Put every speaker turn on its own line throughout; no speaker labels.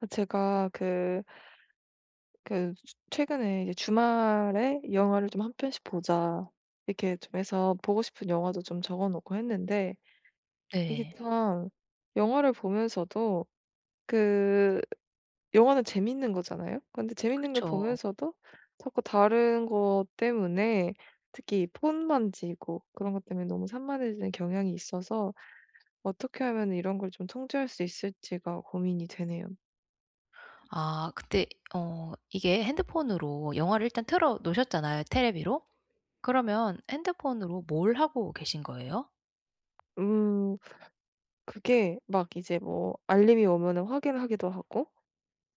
아, 제가 최근에 이제 '주말에 영화를 좀 한 편씩 보자.' 이렇게 좀 해서 보고 싶은 영화도 좀 적어 놓고 했는데 이게
네.
참 영화를 보면서도 그 영화는 재밌는 거잖아요. 근데 재밌는 걸
그쵸.
보면서도 자꾸 다른 것 때문에 특히 폰 만지고 그런 것 때문에 너무 산만해지는 경향이 있어서 어떻게 하면 이런 걸 좀 통제할 수 있을지가 고민이 되네요.
아, 근데 이게 핸드폰으로 영화를 일단 틀어 놓으셨잖아요, 테레비로. 그러면 핸드폰으로 뭘 하고 계신 거예요?
음. 그게 막 이제 뭐 알림이 오면은 확인을 하기도 하고,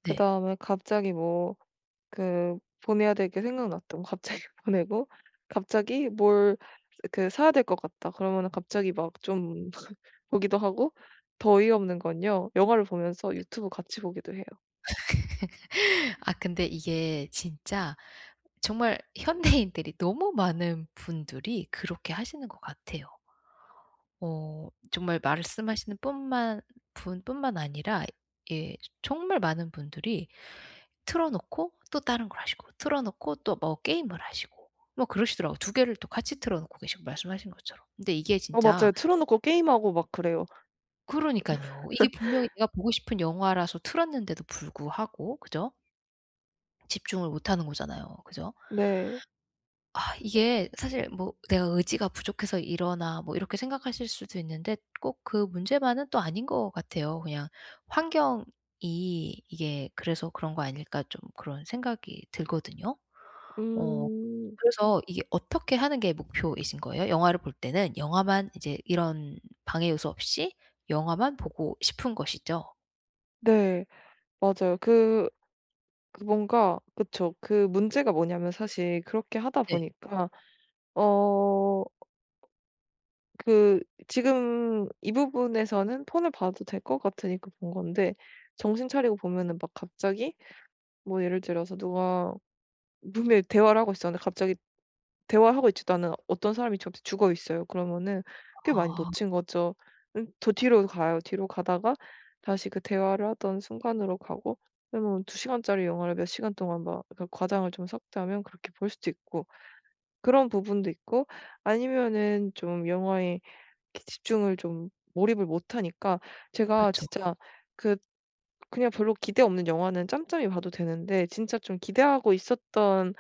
네.
그다음에 갑자기 뭐 그 보내야 될 게 생각났다. 갑자기 보내고 갑자기 뭘 사야 될 것 같다. 그러면은 갑자기 막 좀 보기도 하고, 더 어이없는 건요. 영화를 보면서 유튜브 같이 보기도 해요.
아, 근데 이게 진짜 정말 현대인들이 너무 많은 분들이 그렇게 하시는 것 같아요. 정말 말씀하시는 뿐만 분뿐만 아니라, 예, 정말 많은 분들이 틀어 놓고 또 다른 걸 하시고, 틀어 놓고 또 뭐 게임을 하시고, 뭐 그러시더라고요. 두 개를 또 같이 틀어 놓고 계시고, 말씀하신 것처럼. 근데 이게
어
진짜.
맞아요. 틀어 놓고 게임하고 막 그래요.
그러니깐요. 이게 분명히 내가 보고 싶은 영화라서 틀었는데도 불구하고 그죠? 집중을 못 하는 거잖아요, 그죠?
네.
아, 이게 사실 뭐 '내가 의지가 부족해서 이러나.' 뭐 이렇게 생각하실 수도 있는데, 꼭 그 문제만은 또 아닌 것 같아요. 그냥 '환경이 이게 그래서 그런 거 아닐까.' 좀 그런 생각이 들거든요. 어
음.
그래서 이게 어떻게 하는 게 목표이신 거예요? 영화를 볼 때는 영화만 이제 이런 방해 요소 없이 영화만 보고 싶은 것이죠?
네. 맞아요. 뭔가 그쵸. 그 문제가 뭐냐면 사실 그렇게 하다
네.
보니까 어 그 지금 이 부분에서는 폰을 봐도 될 것 같으니까 본 건데, 정신 차리고 보면은 막 갑자기 뭐 예를 들어서 누가 분명히 대화를 하고 있었는데 갑자기 대화하고 있지도 않은 어떤 사람이 저한테 죽어 있어요. 그러면은 꽤 많이
아,
놓친 거죠. 더 뒤로 가요. 뒤로 가다가 다시 그 대화를 하던 순간으로 가고, 그러면 두 시간짜리 영화를 몇 시간 동안 막 그 과장을 좀 섞자면 그렇게 볼 수도 있고 그런 부분도 있고, 아니면은 좀 영화의 집중을 좀 몰입을 못 하니까 제가
그쵸.
진짜 그 그냥 별로 기대 없는 영화는 짬짬이 봐도 되는데 진짜 좀 기대하고 있었던,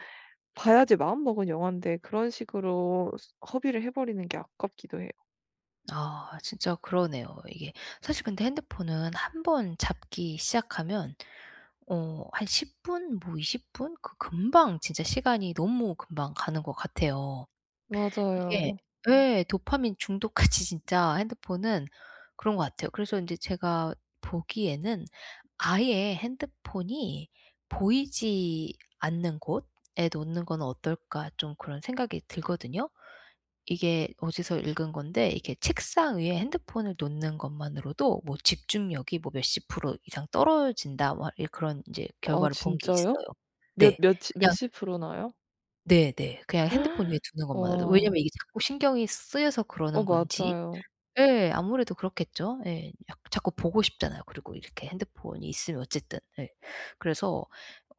봐야지 마음먹은 영화인데 그런 식으로 스 허비를 해 버리는 게 아깝기도 해요.
아, 진짜 그러네요. 이게 사실 근데 핸드폰은 한 번 잡기 시작하면, 한 10 분 뭐 20 분, 그 금방 진짜 시간이 너무 금방 가는 것 같아요. 이게,
맞아요.
예. 도파민 중독같이 진짜 핸드폰은 그런 것 같아요. 그래서 인제 제가 보기에는 아예 핸드폰이 보이지 않는 곳에 놓는 건 어떨까, 좀 그런 생각이 들거든요. 이게 어디서 읽은 건데, 이게 책상 위에 핸드폰을 놓는 것만으로도 뭐 집중력이 뭐 몇십 프로 이상 떨어진다, 뭐 예 그런 인제
아
결과를 본 게
진짜요?
있어요.
몇
네.
몇
그냥,
몇십 %나요?
네네. 그냥 핸드폰 위에 두는 것만으로도. 왜냐면
와.
이게 자꾸 신경이 쓰여서
어
그러는 건지.
맞아요.
예. 아무래도 그렇겠죠. 예. 약 자꾸 보고 싶잖아요. 그리고 이렇게 핸드폰이 있으면 어쨌든. 예. 그래서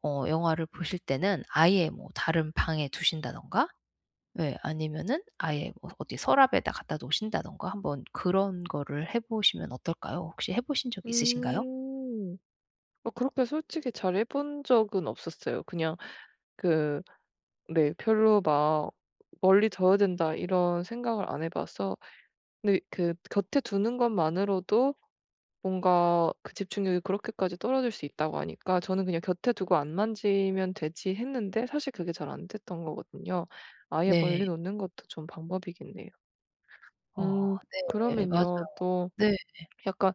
영화를 보실 때는 아예 뭐 다른 방에 두신다든가, 예, 아니면은 아예 뭐 어디 서랍에다 갖다 놓으신다든가 한번 그런 거를 해 보시면 어떨까요? 혹시 해 보신 적이 있으신가요?
음. 어 그렇게 솔직히 잘 해본 적은 없었어요. 그냥 그 네 별로 막 '멀리 둬야 된다.' 이런 생각을 안 해 봐서. 근데 그 곁에 두는 것만으로도 뭔가 그 집중력이 그렇게까지 떨어질 수 있다고 하니까 저는 그냥 '곁에 두고 안 만지면 되지.' 했는데 사실 그게 잘 안 됐던 거거든요. 아예 멀리
네.
놓는 것도 좀 방법이겠네요.
어
음
네. 맞아요.
그러면요. 또
네.
약간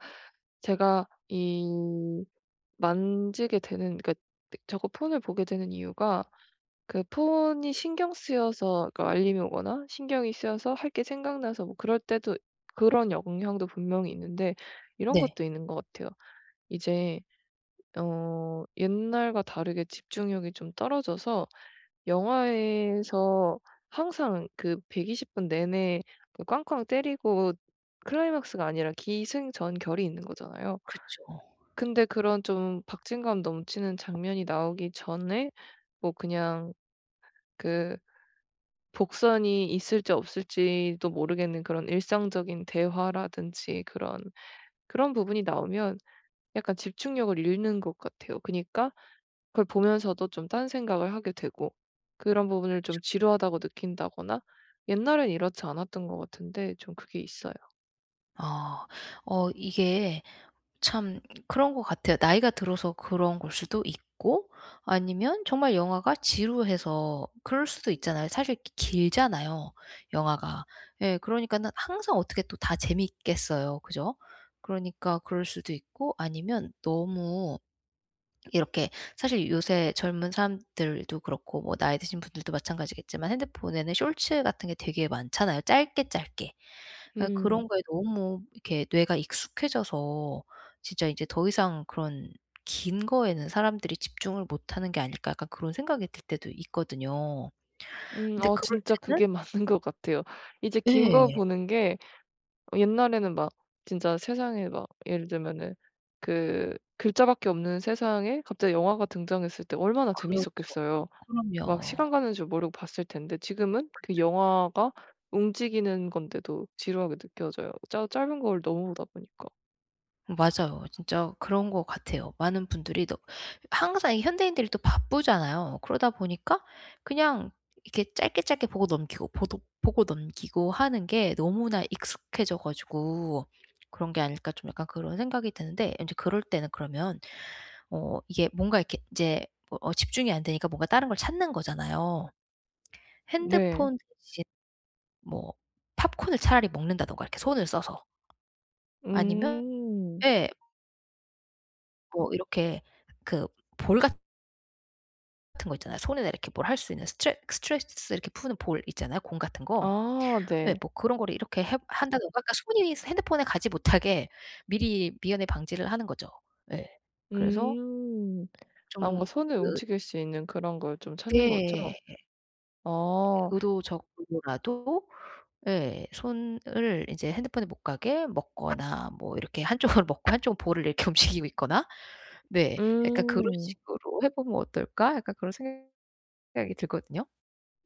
제가 이 만지게 되는, 그러니까 저거 폰을 보게 되는 이유가 그 폰이 신경 쓰여서, 그 알림이 오거나 신경이 쓰여서 할 게 생각나서 뭐 그럴 때도, 그런 영향도 분명히 있는데 이런
네.
것도 있는 것 같아요. 이제 어 옛날과 다르게 집중력이 좀 떨어져서 영화에서 항상 그 120분 내내 그 꽝꽝 때리고 클라이맥스가 아니라 기승전결이 있는 거잖아요.
그쵸.
근데 그런 좀 박진감 넘치는 장면이 나오기 전에 뭐 그냥 그 복선이 있을지 없을지도 모르겠는 그런 일상적인 대화라든지 그런, 그런 부분이 나오면 약간 집중력을 잃는 것 같아요. 그니까 그걸 보면서도 좀 딴 생각을 하게 되고 그런 부분을 좀 지루하다고 느낀다거나, 옛날엔 이렇지 않았던 것 같은데 좀 그게 있어요.
아. 이게 참 그런 것 같아요. 나이가 들어서 그런 걸 수도 있고, 아니면 정말 영화가 지루해서 그럴 수도 있잖아요. 사실 기 길잖아요, 영화가. 예, 그러니까는 항상 어떻게 또 다 재밌겠어요, 그죠? 그러니까 그럴 수도 있고, 아니면 너무 이렇게, 사실 요새 젊은 사람들도 그렇고 뭐 나이 드신 분들도 마찬가지겠지만, 핸드폰에는 쇼츠 같은 게 되게 많잖아요, 짧게 짧게. 아,
음.
그런 거에 너무 이렇게 뇌가 익숙해져서 진짜 이제 더 이상 그런 '긴 거에는 사람들이 집중을 못하는 게 아닐까.' 약간 그런 생각이 들 때도 있거든요.
음.
근데
어
그럴
진짜
때는,
그게 맞는 것 같아요. 이제 긴 거
네,
보는 게, 어 옛날에는 막 진짜 세상에 막 예를 들면은 그 글자밖에 없는 세상에 갑자기 영화가 등장했을 때 얼마나
그렇죠.
재밌었겠어요. 막
그럼요.
시간 가는 줄 모르고 봤을 텐데 지금은 그 영화가 움직이는 건데도 지루하게 느껴져요. 짧 짧은 걸 너무 보다 보니까.
맞아요. 진짜 그런 것 같아요. 많은 분들이 너 항상 이 현대인들이 또 바쁘잖아요. 그러다 보니까 그냥 이렇게 짧게 짧게 보고 넘기고, 보도 보고 넘기고 하는 게 너무나 익숙해져 가지고 '그런 게 아닐까.' 좀 약간 그런 생각이 드는데, 이제 그럴 때는 그러면, 이게 뭔가 이렇게 이제 뭐 집중이 안 되니까 뭔가 다른 걸 찾는 거잖아요.
네.
핸드폰 대신 뭐 팝콘을 차라리 먹는다든가 이렇게 손을 써서. 아니면,
음.
예. 뭐 이렇게 그 볼 같은 거 있잖아요. 손에다 이렇게 뭘 할 수 있는 스트레스 이렇게 푸는 볼 있잖아요, 공 같은 거.
아
예,
네.
뭐 그런 거를 이렇게 해 한다든가 그러니까 손이 핸드폰에 가지 못하게 미리 미연에 방지를 하는 거죠. 예. 그래서
음. 아
좀,
뭔가 손을
그,
움직일 수 있는 그런 걸 좀 찾는 거죠?
네.
아.
의도적으로라도, 예 손을 인제 핸드폰에 못 가게 먹거나, 뭐 이렇게 한쪽으로 먹고 한쪽은 볼을 이렇게 움직이고 있거나, 네, 약간 '그런
음.
식으로 해 보면 어떨까?' 약간 그런 생각이 들거든요.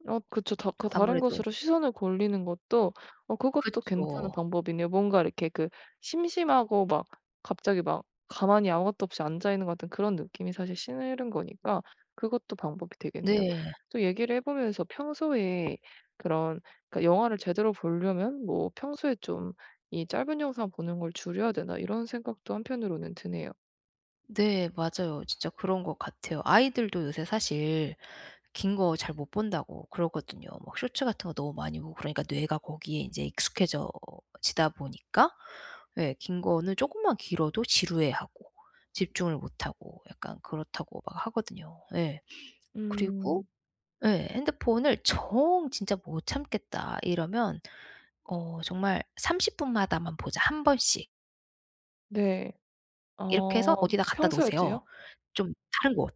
어 그쵸. 다 그 다른 것
아무래도.
으로 시선을 돌리는 것도, 어 그것도 괜찮은
그쵸.
방법이네요. 뭔가 이렇게 그 심심하고 막 갑자기 막 가만히 아무것도 없이 앉아 있는 것 같은 그런 느낌이 사실 싫은 거니까 그것도 방법이 되겠네요.
네.
또 얘기를 해 보면서 평소에 그런, 그러니까 영화를 제대로 보려면 뭐 '평소에 좀 이 짧은 영상 보는 걸 줄여야 되나.' 이런 생각도 한편으로는 드네요.
네, 맞아요. 진짜 그런 것 같아요. 아이들도 요새 사실 긴 거 잘 못 본다고 그러거든요. 막 쇼츠 같은 거 너무 많이 보고 그러니까 뇌가 거기에 이제 익숙해져지다 보니까, 예, 긴 거는 조금만 길어도 지루해하고 집중을 못하고 약간 그렇다고 막 하거든요. 예. 그리고
음
예, 핸드폰을 정 진짜 '못 참겠다.' 이러면, 정말 30 분마다만 보자 한 번씩.
네.
이렇게 해서
어
어디다 갖다 놓으세요.
평소에도요?
좀 다른 곳.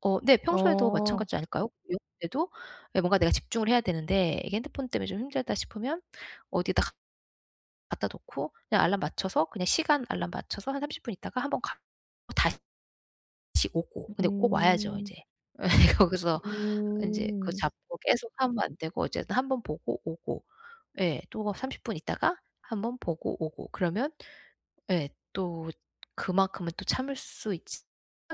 네. 평소에도
어.
마찬가지 아닐까요? 외울 때도 예 뭔가 내가 집중을 해야 되는데 이게 핸드폰 때문에 좀 힘들다 싶으면 어디에다 갖 갖다 놓고, 그냥 알람 맞춰서, 그냥 시간 알람 맞춰서 한 30분 있다가 한번 가고 다시 오고, 근데 꼭 와야죠
음.
인제. 예, 거기서 인제 그거
음.
잡고 계속 하면 안 되고 어쨌든 한번 보고 오고, 예 또 30분 있다가 한번 보고 오고 그러면, 예, 또 그만큼은 또 참을 수 있지만,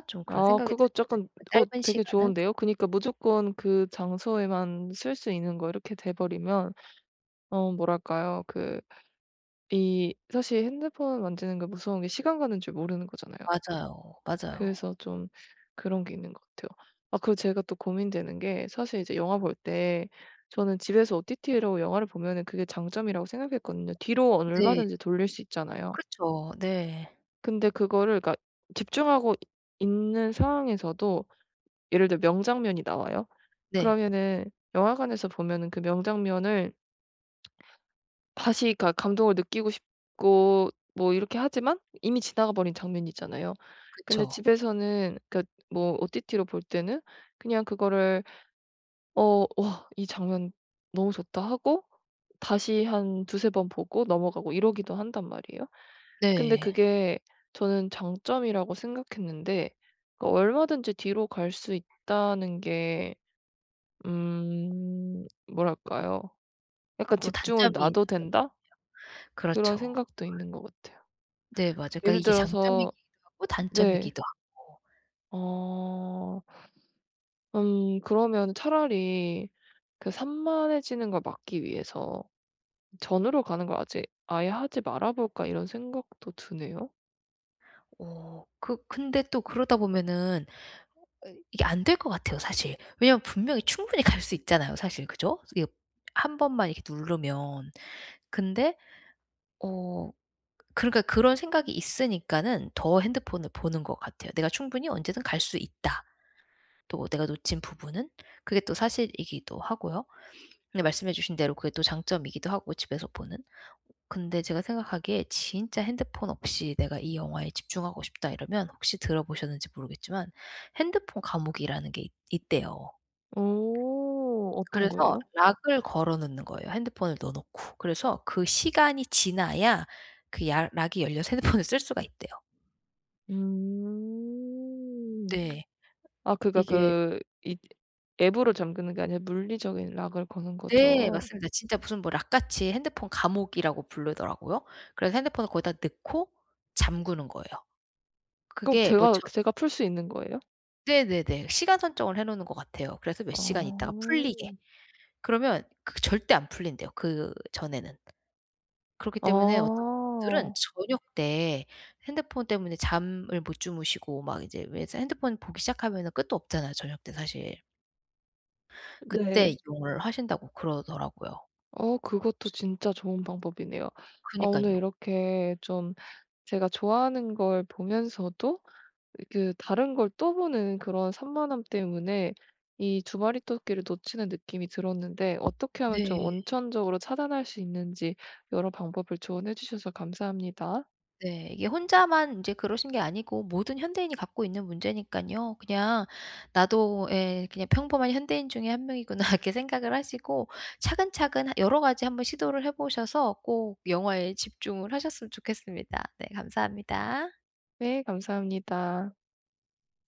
좀 그런
아
생각이
그거
들거든요,
약간
그
어
짧은
되게
시간은.
좋은데요. 그니까 무조건 그 장소에만 쓸 수 있는 거, 이렇게 돼 버리면 어 뭐랄까요. 그 이 사실 핸드폰 만지는 게 무서운 게 시간 가는 줄 모르는 거잖아요.
맞아요. 맞아요.
그래서 좀 그런 게 있는 것 같아요. 아 그리고 제가 또 고민되는 게 사실 이제 영화 볼 때, 저는 집에서 OTT로 영화를 보면은 그게 장점이라고 생각했거든요. 뒤로
네.
얼마든지 돌릴 수 있잖아요.
그쵸. 네.
근데 그거를, 그러니까 집중하고 있는 상황에서도 예를 들어 명장면이 나와요.
네.
그러면은 영화관에서 보면은 그 명장면을 다시 가 감동을 느끼고 싶고 뭐 이렇게 하지만 이미 지나가 버린 장면이잖아요. 근데
그쵸.
집에서는 그 뭐 OTT로 볼 때는 그냥 그거를 어 '와 이 장면 너무 좋다.' 하고 다시 한 두세 번 보고 넘어가고 이러기도 한단 말이에요. 근데
네.
그게 저는 장점이라고 생각했는데 그 얼마든지 뒤로 갈 수 있다는 게 뭐랄까요? 약간
또
'집중을
단점이
놔도
있죠.
된다.' 그런
그렇죠.
생각도 있는 것 같아요.
네, 맞아요. 그러니까
예를
이게
들어서
장점이기도 하고
네.
단점이기도 하고.
어 그러면 차라리 그 산만해지는 걸 막기 위해서 '전으로 가는 걸 아직 아예 하지 말아 볼까.' 이런 생각도 드네요.
근데 또 그러다 보면은, 이게 안 될 것 같아요, 사실. 왜냐면 분명히 충분히 갈 수 있잖아요, 사실. 그죠? 이게 한 번만 이렇게 누르면. 근데, 어 그러니까 그런 생각이 있으니까는 더 핸드폰을 보는 것 같아요. '내가 충분히 언제든 갈 수 있다.' 또 내가 놓친 부분은, 그게 또 사실이기도 하고요. 근데 말씀해 주신 대로 그게 또 장점이기도 하고, 집에서 보는. 근데 제가 생각하기에 진짜 핸드폰 없이 내가 이 영화에 집중하고 싶다 이러면, 혹시 들어보셨는지 모르겠지만 핸드폰 감옥이라는 게 있 있대요.
어 어떤
그래서
거예요?
락을 걸어 놓는 거예요, 핸드폰을 넣어 놓고. 그래서 그 시간이 지나야, 그 야 락이 열려서 핸드폰을 쓸 수가 있대요.
음.
네.
아 그니까
이게,
그 이 앱으로 잠그는 게 아니라 물리적인 락을 거는
네,
거죠?
맞습니다. 진짜 무슨 뭐 락같이, 핸드폰 감옥이라고 부르더라고요. 그래서 핸드폰을 거기다 넣고 잠그는 거예요.
꼭
그게 뭐
제가
저.
제가 풀 수 있는 거예요?
네네네. 시간 설정을 해 놓는 것 같아요. 그래서 몇 시간 있다가
어.
풀리게. 그러면 그 절대 안 풀린대요 그 전에는. 그렇기
아.
때문에 어떤 분들은 저녁 때 핸드폰 때문에 잠을 못 주무시고, 막 이제 왜, 핸드폰 보기 시작하면은 끝도 없잖아요 저녁 때 사실. 그때
네.
이용을 하신다고 그러더라고요.
어 그것도 진짜 좋은 방법이네요. 아 오늘
그니깐요.
이렇게 좀 제가 좋아하는 걸 보면서도 그 다른 걸 또 보는 그런 산만함 때문에 이 두 마리 토끼를 놓치는 느낌이 들었는데 어떻게 하면 좀
네.
원천적으로 차단할 수 있는지 여러 방법을 조언해 주셔서 감사합니다.
네. 이게 혼자만 이제 그러신 게 아니고 모든 현대인이 갖고 있는 문제니까요. 그냥 '나도 예 그냥 평범한 현대인 중에 한 명이구나.' 이렇게 생각을 하시고 차근차근 여러 가지 한번 시도를 해 보셔서 꼭 영화에 집중을 하셨으면 좋겠습니다. 네, 감사합니다.
네 감사합니다.